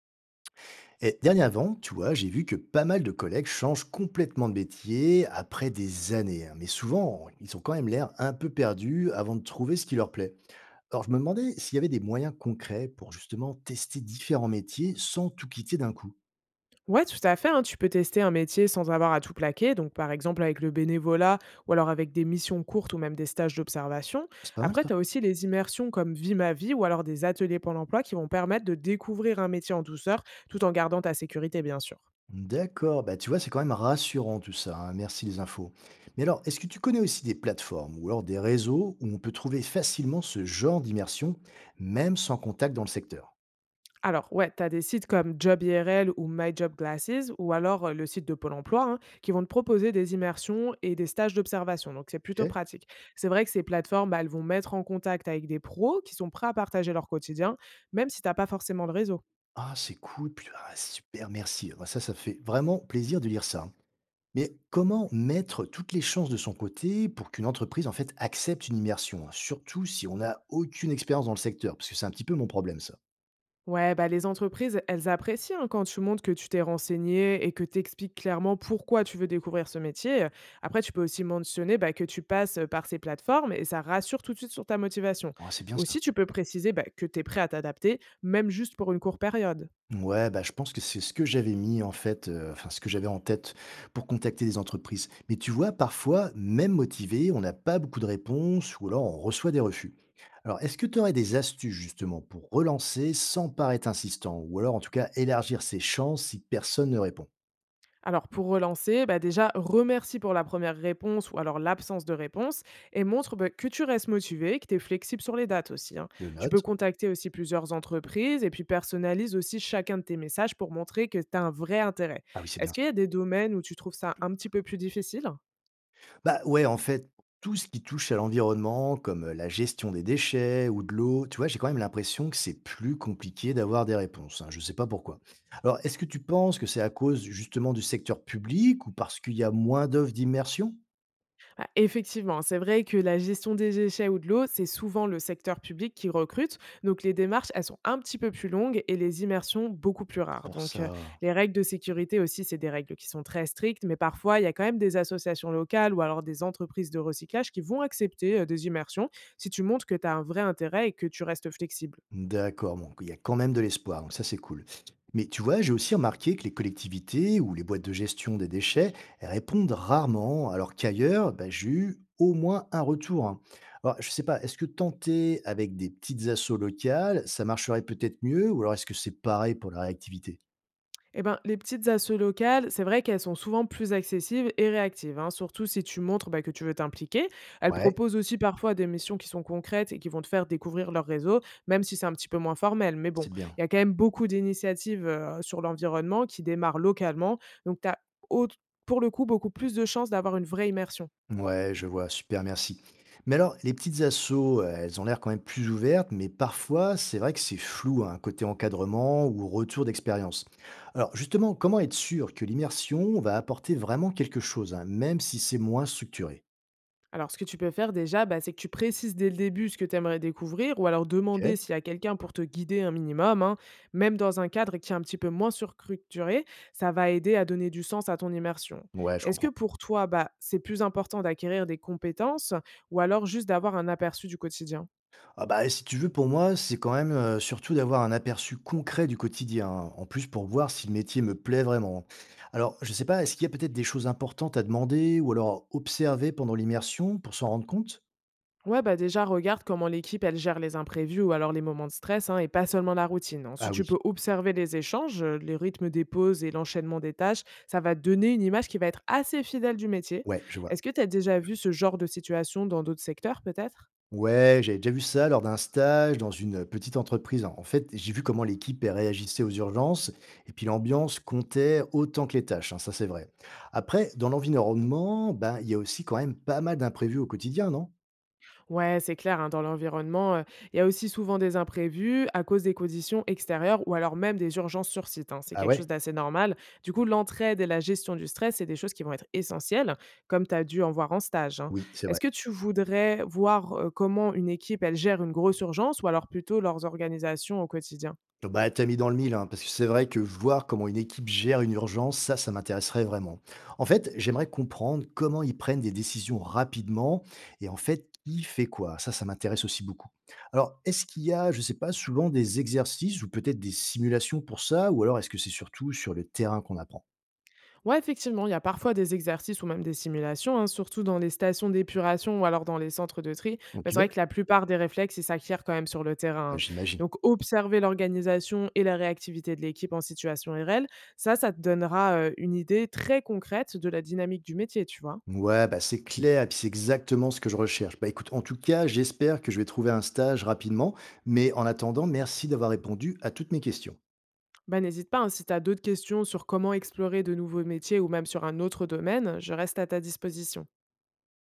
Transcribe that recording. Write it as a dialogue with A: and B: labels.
A: Et dernièrement, tu vois, j'ai vu que pas mal de collègues changent complètement de métier après des années, hein. Mais souvent, ils ont quand même l'air un peu perdus avant de trouver ce qui leur plaît. Alors, je me demandais s'il y avait des moyens concrets pour justement tester différents métiers sans tout quitter d'un coup.
B: Ouais, tout à fait, hein. Tu peux tester un métier sans avoir à tout plaquer, donc par exemple avec le bénévolat ou alors avec des missions courtes ou même des stages d'observation.
A: C'est pas mal
B: Après,
A: ça.
B: tu as aussi les immersions comme Vie ma vie ou alors des ateliers Pôle emploi qui vont permettre de découvrir un métier en douceur tout en gardant ta sécurité, bien sûr.
A: D'accord, bah tu vois, c'est quand même rassurant tout ça, hein. Merci les infos. Mais alors, est-ce que tu connais aussi des plateformes ou alors des réseaux où on peut trouver facilement ce genre d'immersion, même sans contact dans le secteur?
B: Alors ouais, tu as des sites comme Job IRL ou My Job Glasses ou alors le site de Pôle emploi hein, qui vont te proposer des immersions et des stages d'observation. Donc c'est plutôt
A: Ok.
B: pratique. C'est vrai que ces plateformes, bah, elles vont mettre en contact avec des pros qui sont prêts à partager leur quotidien, même si tu n'as pas forcément de réseau.
A: Ah, c'est cool, puis ah, super, merci. Ah, ça fait vraiment plaisir de lire ça, hein. Mais comment mettre toutes les chances de son côté pour qu'une entreprise, en fait, accepte une immersion, hein, surtout si on n'a aucune expérience dans le secteur, parce que c'est un petit peu mon problème, ça.
B: Ouais, bah, les entreprises, elles apprécient hein, quand tu montres que tu t'es renseigné et que tu expliques clairement pourquoi tu veux découvrir ce métier. Après, tu peux aussi mentionner bah, que tu passes par ces plateformes et ça rassure tout de suite sur ta motivation.
A: Ah, c'est bien ça.
B: Aussi, tu peux préciser bah, que tu es prêt à t'adapter, même juste pour une courte période.
A: Ouais, bah, je pense que c'est ce que j'avais mis en fait, enfin ce que j'avais en tête pour contacter des entreprises. Mais tu vois, parfois, même motivé, on n'a pas beaucoup de réponses ou alors on reçoit des refus. Alors, est-ce que tu aurais des astuces justement pour relancer sans paraître insistant? Ou alors en tout cas élargir ses chances si personne ne répond?
B: Alors pour relancer, bah déjà remercie pour la première réponse ou alors l'absence de réponse et montre bah, que tu restes motivé, que tu es flexible sur les dates aussi, hein.
A: Je
B: Tu peux
A: note.
B: contacter aussi plusieurs entreprises et puis personnalise aussi chacun de tes messages pour montrer que tu as un vrai intérêt.
A: Ah oui, c'est bien.
B: Est-ce qu'il y a des domaines où tu trouves ça un petit peu plus difficile?
A: Bah ouais, en fait, tout ce qui touche à l'environnement, comme la gestion des déchets ou de l'eau, tu vois, j'ai quand même l'impression que c'est plus compliqué d'avoir des réponses, hein, je ne sais pas pourquoi. Alors, est-ce que tu penses que c'est à cause justement du secteur public ou parce qu'il y a moins d'offres d'immersion?
B: Bah, effectivement, c'est vrai que la gestion des déchets ou de l'eau, c'est souvent le secteur public qui recrute. Donc les démarches, elles sont un petit peu plus longues et les immersions beaucoup plus
A: C'est
B: rares.
A: pour
B: Donc
A: ça.
B: les règles de sécurité aussi, c'est des règles qui sont très strictes, mais parfois, il y a quand même des associations locales ou alors des entreprises de recyclage qui vont accepter des immersions si tu montres que tu as un vrai intérêt et que tu restes flexible.
A: D'accord, bon, il y a quand même de l'espoir, donc ça c'est cool. Mais tu vois, j'ai aussi remarqué que les collectivités ou les boîtes de gestion des déchets elles répondent rarement, alors qu'ailleurs, bah, j'ai eu au moins un retour, hein. Alors, je sais pas, est-ce que tenter avec des petites assos locales, ça marcherait peut-être mieux, ou alors est-ce que c'est pareil pour la réactivité?
B: Eh ben, les petites assos locales, c'est vrai qu'elles sont souvent plus accessibles et réactives, hein, surtout si tu montres bah, que tu veux t'impliquer. Elles
A: Ouais,
B: proposent aussi parfois des missions qui sont concrètes et qui vont te faire découvrir leur réseau, même si c'est un petit peu moins formel. Mais bon,
A: c'est bien.
B: il y a quand même beaucoup d'initiatives sur l'environnement qui démarrent localement. Donc, tu as pour le coup beaucoup plus de chances d'avoir une vraie immersion.
A: Ouais, je vois, super, merci. Mais alors, les petites assos, elles ont l'air quand même plus ouvertes, mais parfois, c'est vrai que c'est flou, hein, côté encadrement ou retour d'expérience. Alors, justement, comment être sûr que l'immersion va apporter vraiment quelque chose, hein, même si c'est moins structuré?
B: Alors, ce que tu peux faire déjà, bah, c'est que tu précises dès le début ce que tu aimerais découvrir, ou alors
A: Ok.
B: demander s'il y a quelqu'un pour te guider un minimum, hein, même dans un cadre qui est un petit peu moins structuré, ça va aider à donner du sens à ton immersion.
A: Ouais, je
B: Est-ce que
A: comprends.
B: pour toi, bah, c'est plus important d'acquérir des compétences, ou alors juste d'avoir un aperçu du quotidien?
A: Ah bah, si tu veux, pour moi, c'est quand même surtout d'avoir un aperçu concret du quotidien, hein, en plus pour voir si le métier me plaît vraiment. Alors, je sais pas, est-ce qu'il y a peut-être des choses importantes à demander ou alors à observer pendant l'immersion pour s'en rendre compte?
B: Ouais, bah déjà, regarde comment l'équipe, elle gère les imprévus ou alors les moments de stress, hein, et pas seulement la routine.
A: Ah
B: Ensuite,
A: oui,
B: tu peux observer les échanges, les rythmes des pauses et l'enchaînement des tâches. Ça va te donner une image qui va être assez fidèle du métier.
A: ouais, je vois.
B: Est-ce que tu as déjà vu ce genre de situation dans d'autres secteurs, peut-être?
A: Ouais, j'avais déjà vu ça lors d'un stage dans une petite entreprise. En fait, j'ai vu comment l'équipe elle réagissait aux urgences et puis l'ambiance comptait autant que les tâches, hein, ça c'est vrai. Après, dans l'environnement, ben, il y a aussi quand même pas mal d'imprévus au quotidien, non?
B: Ouais, c'est clair, hein, dans l'environnement, il y a aussi souvent des imprévus à cause des conditions extérieures ou alors même des urgences sur site, hein. C'est
A: Ah
B: quelque
A: ouais?
B: chose d'assez normal. Du coup, l'entraide et la gestion du stress, c'est des choses qui vont être essentielles, comme tu as dû en voir en stage, hein.
A: Oui, c'est vrai.
B: Est-ce que tu voudrais voir, comment une équipe, elle gère une grosse urgence ou alors plutôt leurs organisations au quotidien?
A: Bah, t'as mis dans le mille, hein, parce que c'est vrai que voir comment une équipe gère une urgence, ça m'intéresserait vraiment. En fait, j'aimerais comprendre comment ils prennent des décisions rapidement et en fait, qui fait quoi. Ça m'intéresse aussi beaucoup. Alors, est-ce qu'il y a, je sais pas, souvent des exercices ou peut-être des simulations pour ça, ou alors est-ce que c'est surtout sur le terrain qu'on apprend?
B: Ouais, effectivement, il y a parfois des exercices ou même des simulations, hein, surtout dans les stations d'épuration ou alors dans les centres de tri. Mais
A: Ok.
B: c'est vrai que la plupart des réflexes, ils s'acquièrent quand même sur le
A: Bah,
B: terrain, hein.
A: j'imagine.
B: Donc, observer l'organisation et la réactivité de l'équipe en situation RL, ça, ça te donnera une idée très concrète de la dynamique du métier, tu vois.
A: Ouais, bah c'est clair, et puis c'est exactement ce que je recherche. Bah écoute, en tout cas, j'espère que je vais trouver un stage rapidement, mais en attendant, merci d'avoir répondu à toutes mes questions.
B: Bah, n'hésite pas, hein, si tu as d'autres questions sur comment explorer de nouveaux métiers ou même sur un autre domaine, je reste à ta disposition.